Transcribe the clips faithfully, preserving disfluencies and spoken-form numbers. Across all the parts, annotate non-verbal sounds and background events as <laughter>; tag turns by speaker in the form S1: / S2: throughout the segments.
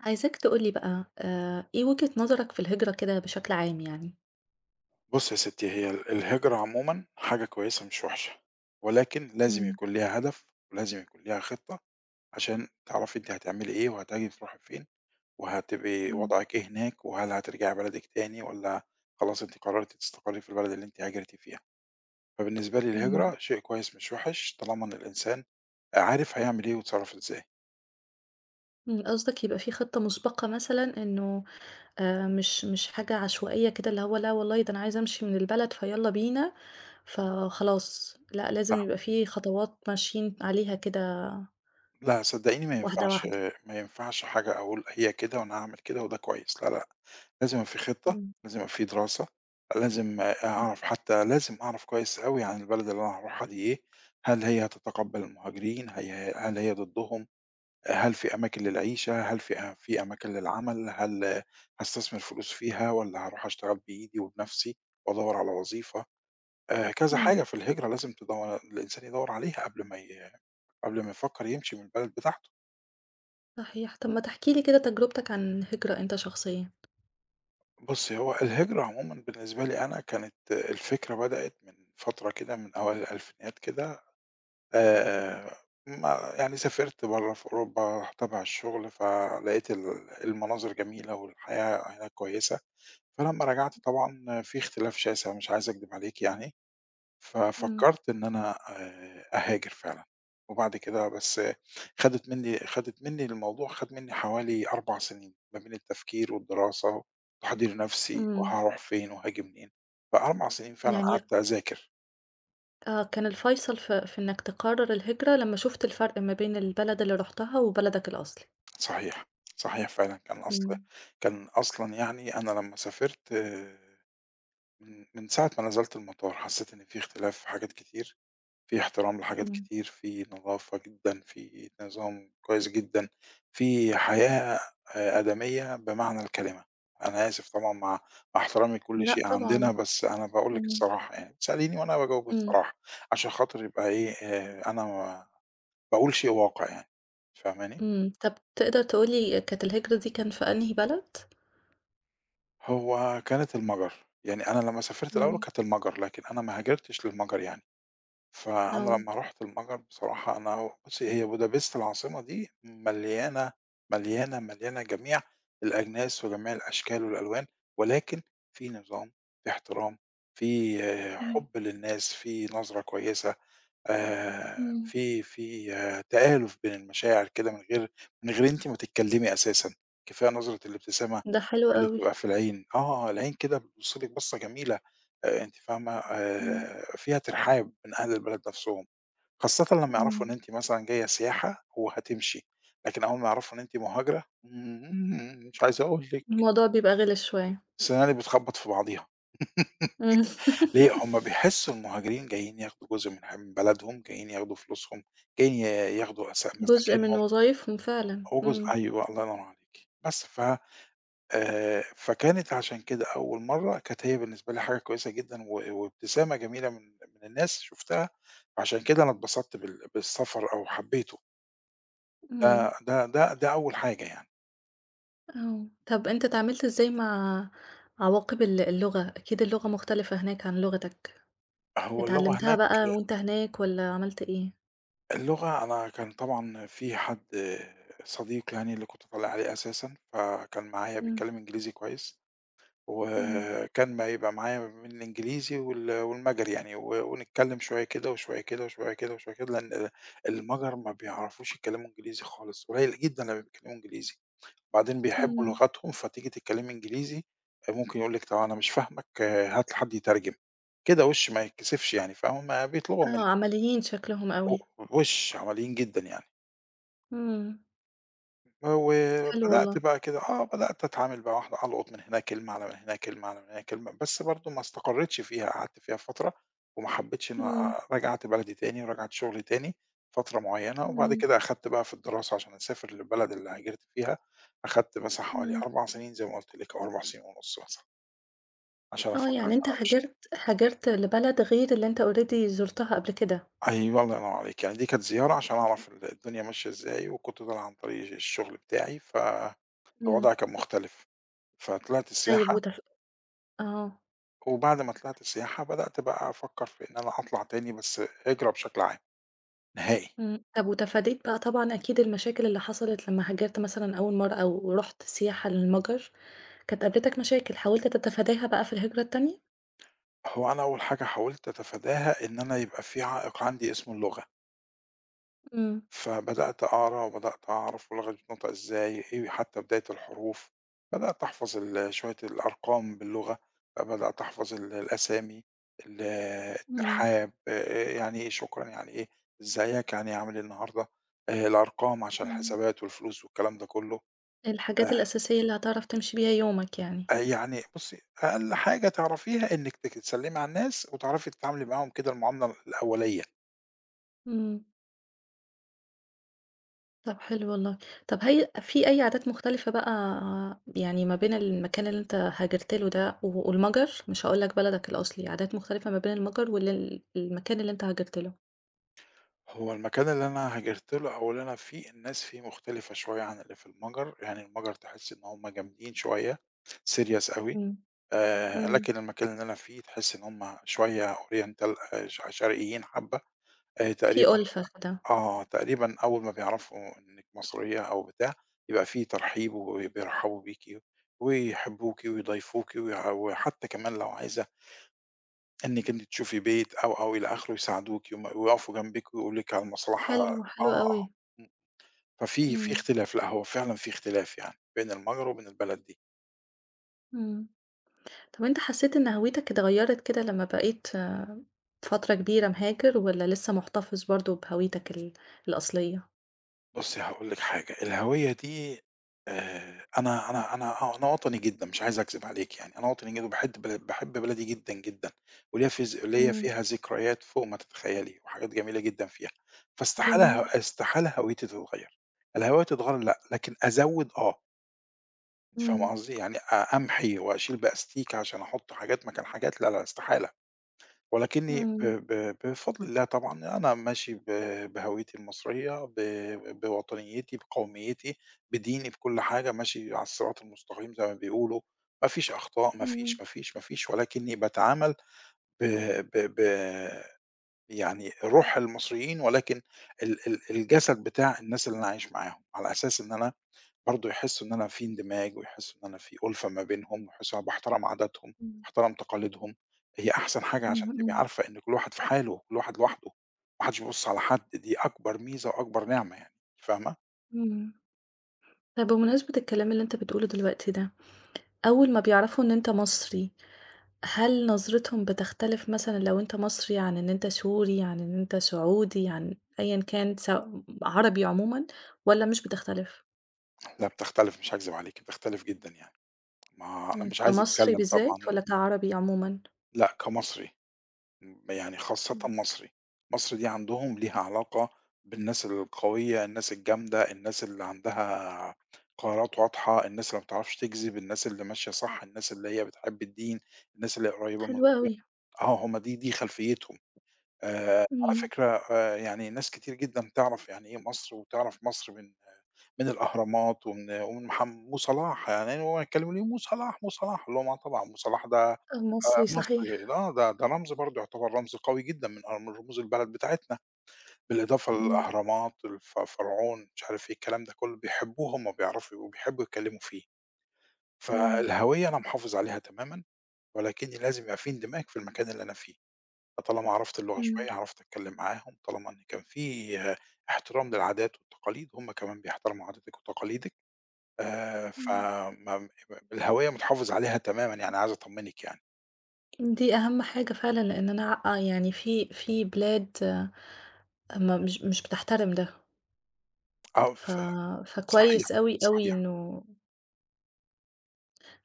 S1: عايزاك تقول لي بقى آآ، إيه وجهة نظرك في الهجرة كده بشكل عام يعني؟
S2: بُصّي يا ستّي، هي ال الهجرة عمومًا حاجة كويسة مش وحشة، ولكن لازم
S1: إمم،
S2: يكون ليها هدف ولازم يكون ليها خطة عشان تعرفي أنتِ هتعملي إيه وهتاجي تروحي فين وهتبقي
S1: إمم،
S2: وضعِك إيه هناك وهل هترجعي بلدِك تاني والّا خلاص أنتِ قررتِ تستقرّي في البلد اللي أنتِ هاجرتِ فيها. فبالنسبة لي
S1: إمم.
S2: الهجرة شيء كويس مش وحِش طالما إن الإنسان عارف هيعمل إيه ويتصرّف إزاي.
S1: إمم، قصدك يبقى في خطة مسبقة مثلًا إنه آآ، مش مش حاجة عشوائية كده اللي هو لا والله ده أنا عايزة أمشي من البلد فيالّا بينا، فخلاص لأ،
S2: لأ،
S1: لازم يبقى في خطوات ماشيين عليها كده
S2: لأ صدّقيني ما
S1: واحدة،
S2: ينفعش
S1: واحدة.
S2: ما ينفعش حاجة أقول هي كده وأنا هاعمل كده وده كويس، لا، لأ. لازم يبقى في خطة،
S1: إمم،
S2: لازم يبقى في دراسة، لازم أعرف حتى لازم أعرف كويس أوي عن البلد اللي أنا هاروحها دي إيه، هل هي هتتقبّل المهاجرين، هي هل هي ضدهم، هل في أماكن للعيشة، هل في أ في أماكن للعمل، هل هاستثمر فلوس فيها والّا هاروح أشتغل بإيدي وبنَفْسي وأدوّر على وظيفة، آآ كذا
S1: إمم.
S2: حاجة في الهجرة لازم تدوّر الإنسان يدوّر عليها قبل ما ي قبل ما يفكّر يمشي من البلد بتاعته.
S1: صحيح. طب ما تحكِ لي كده تجربتك عن الهجرة أنت شخصيًا؟
S2: بُصّي، هو الهجرة عمومًا بالنسبة لي أنا كانت الفكرة بدأت من فترة كده من أوائل الألفينيات كده آآ، ما يعني سافرت برّه في أوروبا تبع الشغل، فلقيت ال المناظر جميلة والحياة هناك كويسة، فلمّا رجعت طبعًا في اختلاف شاسع مش عايز أكدب عليكِ يعني.
S1: إمم،
S2: ففكّرت إن أنا آآ أهاجر فعلًا، وبعد كده بس آه، خدِت منّي خدِت منّي الموضوع خَد منّي حوالي أربع سنين، ما بين التفكير والدراسة إمم. وتحضير نَفْسي
S1: إمم.
S2: وهاروح فين وهاجي منين، ف4 سنين فعلًا
S1: يعني
S2: قعدت أذاكر،
S1: آه، كان الفيصل في في إنك تقرر الهجرة لمّا شُفت الفرق ما بين البلد اللي رُحتها وبلدك الأصلي.
S2: صحيح، صحيح فعلًا كان أصل
S1: إمم،
S2: كان أصلًا يعني أنا لمّا سافرت آه، من من ساعة ما نزلت المطار حسّيت إن في اختلاف في حاجات كتير. في احترام لحاجات
S1: إمم،
S2: كتير، في نضافة جدًا، في نظام كويس جدًا، في حياة آآ آدمية بمعنى الكلمة. أنا آسف طبعًا مع مع احترامي لكل
S1: لأ
S2: شيء عندنا،
S1: طبعًا،
S2: بس أنا باقول لِك
S1: إمم،
S2: الصراحة يعني، بتسأليني وأنا باجاوب
S1: إمم،
S2: الصراحة، عشان خاطر يبقى إيه، آآ أنا ما باقول شيء واقع يعني، فاهماني؟
S1: إمم، طب تقدر تقول لي كانت الهجرة دي كان في أنهي بلد؟
S2: هو كانت المَجَر، يعني أنا لمّا سافرت الأول
S1: إمم،
S2: كانت المَجَر، لكن أنا ما هاجرتش للمَجَر يعني. فأنا
S1: آه،
S2: لمّا رُحت المجر بصراحة أنا بُصّي، هي بودابست العاصمة دي مليانة، مليانة، مليانة جميع الأجناس وجميع الأشكال والألوان، ولكن في نظام، في احترام، في آه،
S1: إمم،
S2: حُب للناس، في نظرة كويسة، آآ
S1: إمم،
S2: في في آه، تآلُف بين المشاعر كده من غير من غير أنتِ ما تتكلمي أساسًا، كفاية نظرة الابتسامة
S1: ده حلو
S2: اللي
S1: أوي،
S2: بتبقى في العين، آه، العين كده بتبُص لِك بصّة جميلة، آآ أنتِ فاهمة،
S1: إمم،
S2: آآ فيها ترحاب من أهل البلد نَفْسهم، خاصةً لمّا يعرفوا إن
S1: إمم،
S2: أنتِ مثلًا جاية سياحة وهتمشي، لكن أول ما يعرفوا إن أنتِ مهاجرة، إمم، مش عايز أقول لِك،
S1: الموضوع بيبقى غِلِس شوية،
S2: سناني بتخبّط في بعضيها، <laughs>
S1: إمم، <laughs>
S2: ليه؟ هم بيحسّوا المهاجرين جايين ياخدوا جزء من ح من بلدهم، جايين ياخدوا فلوسهم، جايين ي ياخدوا أس
S1: جزء من
S2: مساكنهم،
S1: وظايفهم فعلًا،
S2: هو جزء
S1: إمم،
S2: أيوه، الله ينور عليكِ، بس ف آآ، فكانت عشان كده أول مرّة كانت هي بالنسبة لي حاجة كويسة جدًا و وابتسامة جميلة من من الناس شُفتها، فعشان كده أنا اتبسطت بال بالسفر أو حبيته، ده
S1: إمم،
S2: ده ده ده أول حاجة يعني.
S1: آه، طب أنت اتعاملت إزاي مع عواقب ال اللغة؟ أكيد اللغة مختلفة هناك عن لغتك.
S2: هو اللغة
S1: اتعلمتها
S2: هناك
S1: بقى وأنت هناك والّا عملت إيه؟
S2: اللغة أنا كان طبعًا في حد صديق يعني اللي كنت طالع عليه أساسًا، فكان معايا
S1: إمم،
S2: بيتكلم إنجليزي كويس.
S1: إمم،
S2: وكان ما يبقى معايا ما بين الإنجليزي وال والمَجَري يعني، و ونتكلّم شوية كده وشوية كده وشوية كده وشوية كده، لإن المَجَر ما بيعرفوش يتكلّموا إنجليزي خالص، قليّل جدًا لمّا بيتكلّموا إنجليزي، وبعدين بيحبّوا
S1: إمم.
S2: لغتهم، فتيجي تتكلّمي إنجليزي ممكن يقول لِك طَب أنا مش فاهمك آه، هات لي حد يترجم، كده وِش ما يتكسفش يعني، فهُم بيطلبوا
S1: آه،
S2: منِّك
S1: عمليين شكلهم
S2: و
S1: أوي.
S2: وِش عمليين جدًا يعني.
S1: إمم. حلو والله.
S2: وبدأت بقى كده آه، بدأت أتعامل بقى واحدة ألقط من هنا كلمة، على من هنا كلمة، على من هنا كلمة، بس برضه ما استقريتش فيها، قعدت فيها فترة وما إمم. حبيتش إن
S1: إمم،
S2: آآ رجعت بلدي تاني ورجعت شغلي تاني فترة معيّنة، وبعد
S1: إمم،
S2: كده أخدت بقى في الدراسة عشان أسافر للبلد اللي هاجرت فيها، أخدت مثلًا حوالي
S1: إمم.
S2: أربع سنين زي ما قُلت لِك أو أربع سنين ونُص مثلًا عشان
S1: آه،
S2: أفكر إن
S1: يعني أنت
S2: أنا أمشي.
S1: هاجرت هاجرت لبلد غير اللي أنت already زُرتها قبل كده.
S2: أيوه الله ينور عليكِ، يعني دي كانت زيارة عشان أعرف ال الدنيا ماشية إزاي، وكنت طالع عن طريق الشغل بتاعي،
S1: إمم.
S2: فالوضع كان مختلف، فطلعت
S1: طيب
S2: السياحة
S1: وتف آه.
S2: وبعد ما طلعت السياحة بدأت بقى أفكّر في إن أنا أطلع تاني بس هجرة بشكل عام، نهائي.
S1: إمم. طب وتفاديت بقى طبعًا أكيد المشاكل اللي حصلت لمّا هاجرت مثلًا أول مرّة أو رُحت سياحة للمَجر، كانت قابلتك مشاكل حاولت تتفاداها بقى في الهجرة التانية؟
S2: هو أنا أول حاجة حاولت أتفاداها إن أنا يبقى في عائق عندي اسمه اللغة،
S1: إمم،
S2: فبدأت أقرا وبدأت أعرف اللغة دي بتنطق إزاي، إيه حتى بداية الحروف، بدأت أحفظ ال شوية الأرقام باللغة، بدأت أحفظ ال الأسامي، ال
S1: إمم،
S2: الترحاب، آآ يعني إيه شكرًا، يعني إيه إزيك، يعني إيه عامل إيه النهارده، آآ الأرقام عشان
S1: إمم.
S2: الحسابات والفلوس والكلام ده كُلّه.
S1: الحاجات الأساسية اللي هتعرف تمشي بيها يومك يعني.
S2: آآ يعني بُصّي، أقل حاجة تعرفيها إنِّك ت تسلّمي على الناس وتعرفي تتعاملي معاهم كده المعاملة الأولية.
S1: إمم، طب حلو والله. طب هي في أي عادات مختلفة بقى يعني ما بين المكان اللي أنت هاجرت له ده و والمجر، مش هاقول لك بلدك الأصلي، عادات مختلفة ما بين المجر وال ال المكان اللي أنت هاجرت له؟
S2: هو المكان اللي أنا هاجرت له أو اللي أنا فيه، الناس فيه مختلفة شوية عن اللي في المَجَر، يعني المَجَر تحسّي إن هم جامدين شوية serious أوي،
S1: إمم،
S2: آآ
S1: إمم،
S2: لكن المكان اللي أنا فيه تحسّي إن هم شوية oriental آآ ش شرقيين حبّة، آآ
S1: في
S2: تقريبًا
S1: أُلفة كده،
S2: آه، تقريبًا أول ما بيعرفوا إنِّك مصرية أو بتاع، يبقى في ترحيب وبيرحبوا بيكِ ويحبوكِ ويضايفوكِ ويع وحتى كمان لو عايزة إنِّك أنتِ تشوفي بيت أو، أو إلى آخره يساعدوكِ وم ويقفوا جنبِك ويقولوا لِك على المصلحة
S1: حلو،
S2: آه،
S1: حلو أوي.
S2: آه، إمم، ففي في
S1: إمم،
S2: اختلاف، لأ هو فعلًا في اختلاف يعني بين المجر وبين البلد دي.
S1: إمم. طب أنت حسيت إن هويتك اتغيّرت كده لمّا بقيت آه، فترة كبيرة مهاجر والّا لسه محتفظ برضه بهويتك ال الأصلية؟
S2: بُصّي هاقول لِك حاجة، الهوية دي آآ أنا أنا أنا أنا وطني جدًا مش عايز أكذب عليكِ يعني، أنا وطني جدًا وباحد بل باحب بلدي جدًا، جدًا، وليّا في ذ ليّا
S1: إمم،
S2: فيها ذكريات فوق ما تتخيّلي، وحاجات جميلة جدًا فيها، فاستحالة
S1: جميل.
S2: ه استحالة هويتي تتغيّر، الهوية تتغيّر لأ، لكن أزوّد آه، أنتِ فاهمة
S1: إمم،
S2: قصدي؟ يعني أ أمحي وأشيل بأستيكة عشان أحُط حاجات مكان حاجات لا، لا استحالة. ولكنّي ب
S1: إمم،
S2: ب بفضل الله طبعًا أنا ماشي ب بهويّتي المصرية، ب بوطنيّتي، بقوميّتي، بديني، بكل حاجة، ماشي على الصراط المستقيم زي ما بيقولوا، ما فيش أخطاء، ما
S1: إمم،
S2: فيش، ما فيش، ما فيش، ولكنّي باتعامل ب ب ب يعني روح المصريين ولكن ال ال الجسد بتاع الناس اللي أنا عايش معاهم، على أساس إن أنا برضه يحسّوا إن أنا في اندماج ويحسّوا إن أنا في أُلفة ما بينهم ويحسّوا أنا باحترم عاداتهم،
S1: إمم،
S2: باحترم تقاليدهم، هي أحسن حاجة عشان
S1: إمم،
S2: تبقي
S1: إمم،
S2: عارفة إن كل واحد في حاله وكل واحد لوحده، ما حدّش بيبُص على حد، دي أكبر ميزة وأكبر نعمة يعني، فاهمة؟
S1: إمم. طب بمناسبة الكلام اللي أنت بتقوله دلوقتي ده، أول ما بيعرفوا إن أنت مصري، هل نظرتهم بتختلف مثلًا لو أنت مصري عن إن أنت سوري، عن إن أنت سعودي، عن أيًا كان س عربي عمومًا والّا مش بتختلف؟
S2: لأ بتختلف مش هاكذب عليكِ، بتختلف جدًا يعني، ما أنا
S1: إمم،
S2: مش عايز
S1: كمصري
S2: أتكلّم
S1: بالذات
S2: طبعًا
S1: والّا كعربي عمومًا؟
S2: لأ كمصري. م يعني خاصةً
S1: إمم،
S2: مصري، مصر دي عندهم ليها علاقة بالناس القوية، الناس الجامدة، الناس اللي عندها قرارات واضحة، الناس اللي ما بتعرفش تكذب، الناس اللي ماشية صح، الناس اللي هي بتحب الدين، الناس اللي هي قريبة من
S1: حلو
S2: ربنا،
S1: أوي،
S2: آه هم دي دي خلفيتهم. آآ على
S1: إمم،
S2: فكرة آآ يعني ناس كتير جدًا تعرف يعني إيه مصر، وتعرف مصر من من الأهرامات ومن ومن مح مو صلاح، يعني هو يكلموني مو صلاح، مو صلاح، أقول لهم آه طبعًا مو صلاح ده آآ
S1: المصري صحيح،
S2: مصري آه، ده ده رمز برضه يعتبر رمز قوي جدًا من أر من رموز البلد بتاعتنا، بالإضافة
S1: إمم،
S2: للأهرامات، الف فرعون، مش عارف إيه الكلام ده كله، بيحبوه هُم بيعرفوا وبيحبوا يتكلموا فيه،
S1: إمم،
S2: فالهوية أنا محافظ عليها تمامًا، ولكني لازم يبقى في اندماج في المكان اللي أنا فيه. طالما عرفت اللغة
S1: إمم،
S2: شوية، عرفت أتكلّم معاهم، طالما إن كان في آه، احترام للعادات والتقاليد، هُم كمان بيحترموا عاداتِك وتقاليدِك، آآ
S1: إمم.
S2: فما الهوية متحافظ عليها تمامًا يعني، عايز أطمّنِك يعني.
S1: دي أهم حاجة فعلًا، لإن أنا ع- آه، يعني في في بلاد آه، ما مش مش بتحترم ده،
S2: آه، ف
S1: ف
S2: صحيح،
S1: فكويس أوي، أوي
S2: صحيح.
S1: إنه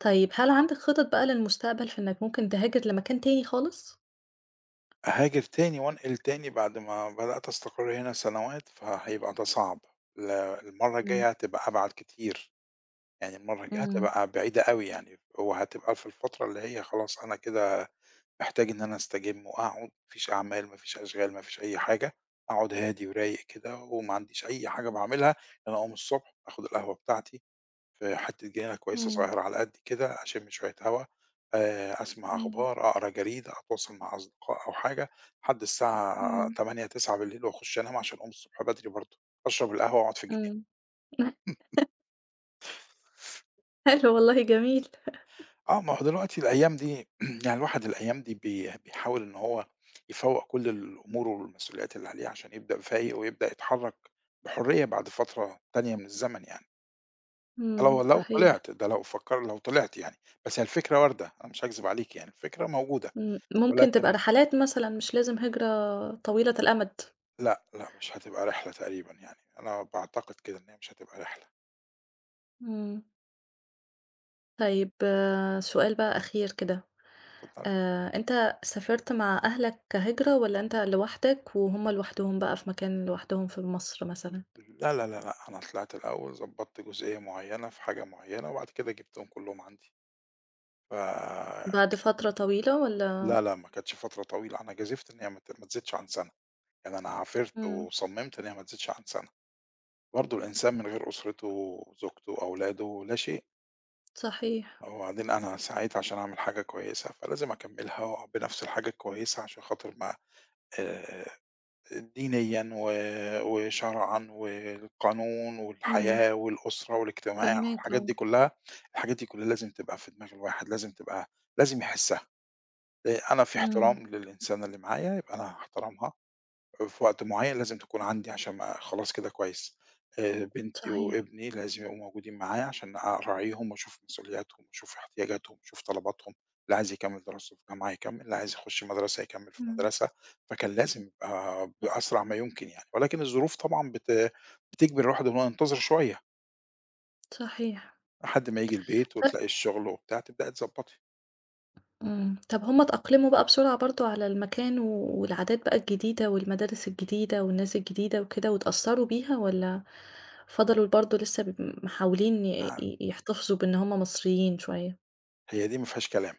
S1: طيب هل عندِك خطط بقى للمستقبل في إنك ممكن تهاجر لمكان تاني خالص؟
S2: أهاجر تاني وأنقل تاني بعد ما بدأت أستقر هنا سنوات، فهيبقى ده صعب. ل المرّة
S1: إمم،
S2: الجاية هتبقى أبعد كتير، يعني المرّة الجاية
S1: إمم،
S2: هتبقى بعيدة أوي يعني، وهتبقى في الفترة اللي هي خلاص أنا كده محتاج إن أنا أستجم وأقعد، ما فيش أعمال، ما فيش أشغال، ما فيش أي حاجة، أقعد هادي ورايق كده وما عنديش أي حاجة باعملها، أنا أقوم الصبح آخد القهوة بتاعتي في حتة جنينة كويسة
S1: إمم،
S2: صغيرة على قدي كده، أشم شوية هوا، آآ، أسمع
S1: إمم،
S2: أخبار، أقرا جريدة، أتواصل مع أصدقاء أو حاجة، لحد الساعة
S1: إمم،
S2: تمانية، تسعة بالليل بالليل وأخش أنام عشان أقوم الصبح بدري برضه، أشرب القهوة وأقعد في الجنينة.
S1: إمم، <laughs> حلو والله جميل،
S2: آه، ما هو دلوقتي الأيام دي <clears throat> يعني الواحد الأيام دي بي بيحاول إن هو يفوّق كل الأمور والمسؤوليات اللي عليه عشان يبدأ فايق ويبدأ يتحرّك بحرية بعد فترة تانية من الزمن يعني، ده
S1: إمم،
S2: لو لو
S1: صحيح،
S2: طلعت، ده لو فكر لو طلعت يعني، بس هي الفكرة واردة، أنا مش هاكذب عليك يعني، الفكرة موجودة،
S1: إمم، ممكن تبقى
S2: ولكن
S1: رحلات مثلًا مش لازم هجرة طويلة الأمد،
S2: لأ، لأ مش هتبقى رحلة تقريبًا يعني، أنا باعتقد كده إن هي مش هتبقى رحلة،
S1: إمم، طيب آه، سؤال بقى أخير كده
S2: اتفضلي.
S1: آآ أنت سافرت مع أهلك كهجرة والّا أنت لوحدك وهُم لوحدهم بقى في مكان لوحدهم في مصر مثلًا؟
S2: لا، لا، لا، لأ، أنا طلعت الأول ضبّطت جزئية معيّنة في حاجة معيّنة، وبعد كده جِبتهم كلّهم عندي، ف
S1: بعد فترة طويلة
S2: لا،
S1: والّا
S2: لأ، ما كانتش فترة طويلة، أنا جازفت إن هي ما ت ما تزيدش عن سَنة، يعني أنا عافرت
S1: إمم،
S2: وصمّمت إن هي ما تزيدش عن سَنة، برضه الإنسان من غير أسرته، زوجته، أولاده، لا شيء،
S1: صحيح،
S2: وبعدين أنا سعيت عشان أعمل حاجة كويسة، فلازم أكمّلها بنفس الحاجة الكويسة عشان خاطر ما آآ، دينيًا و وشرعًا والقانون
S1: إمم،
S2: والحياة والأسرة والاجتماع
S1: فاهماك
S2: والحاجات
S1: آه،
S2: دي كلّها، الحاجات دي كلّها لازم تبقى في دماغ الواحد، لازم تبقى لازم يحسّها، آآ، أنا في
S1: إمم،
S2: احترام للإنسانة اللي معايا، يبقى أنا هاحترمها في وقت معيّن لازم تكون عندي عشان ما خلاص كده كويس، آآ إمم. بنتي
S1: صحيح،
S2: وابني لازم يبقوا موجودين معايا عشان أراعيهم وأشوف مسؤولياتهم وأشوف احتياجاتهم وأشوف طلباتهم، اللي عايز يكمّل دراسته في جامعة يكمّل، اللي عايز يخش مدرسة يكمّل في
S1: إمم،
S2: مدرسة، فكان لازم يبقى بأسرع ما يمكن يعني، ولكن الظروف طبعًا بت بتجبر الواحد إن هو ينتظر شوية
S1: صحيح.
S2: لحد ما ييجي البيت
S1: ط
S2: وتلاقي الشغل وبتاع تبدئي تضبّطي،
S1: إمم، طب هُم اتأقلموا بقى بسرعة برضه على المكان و والعادات بقى الجديدة والمدارس الجديدة والناس الجديدة وكده واتأثّروا بيها والّا فضلوا برضه لسه ب محاولين ي
S2: ه
S1: ي يحتفظوا بإن هُم مصريين شوية؟
S2: هي دي ما فيهاش كلام،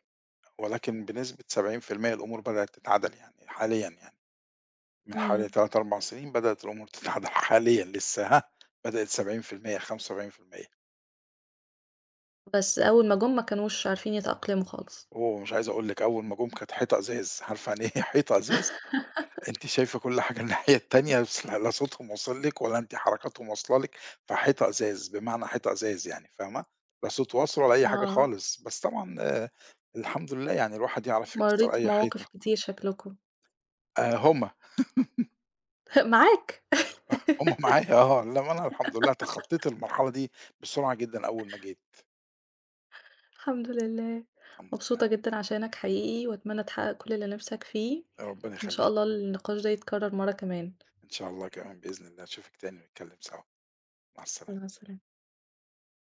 S2: ولكن بنسبة سبعين في المية الأمور بدأت تتعدل يعني حاليًا يعني. من حوالي
S1: إمم.
S2: ثلاثة، أربع سنين بدأت الأمور تتعدل <laughs> حاليًا لسه هاه، بدأت سبعين في المية خمسة وسبعين في المية
S1: بس أول ما جُم ما كانوش عارفين يتأقلموا خالص.
S2: أوه! مش عايز أقول لِك أول ما جُم كانت حيطة إزاز، عارفة يعني إيه <laughs> حيطة إزاز؟ أنتِ شايفة كل حاجة الناحية التانية بس لا لا صوتهم واصل لِك ولا أنتِ حركاتهم واصلة لِك، فحيطة إزاز بمعنى حيطة إزاز يعني فاهمة؟ لا صوت واصل ولا أي حاجة
S1: آه.
S2: خالص، بس طبعًا آآ الحمد لله يعني الواحد يعرف يكسّر
S1: مرّيت
S2: أي
S1: بمواقف
S2: حيطة.
S1: كتير شكلكم
S2: آآ هم،
S1: <laughs> معاك
S2: هم <laughs> معايا آه، إنما أنا الحمد لله تخطيت المرحلة دي بسرعة جدًا أول ما جيت،
S1: الحمد لله.
S2: الحمد لله.
S1: مبسوطة جدًا عشانك حقيقي وأتمنى تحقق كل اللي نِفْسك فيه،
S2: ربنا
S1: وإن شاء
S2: يخليك،
S1: الله النقاش ده يتكرر مرّة كمان.
S2: إن شاء الله كمان بإذن الله، أشوفِك تاني ونتكلم سوا، مع السلامة.
S1: مع السلامة.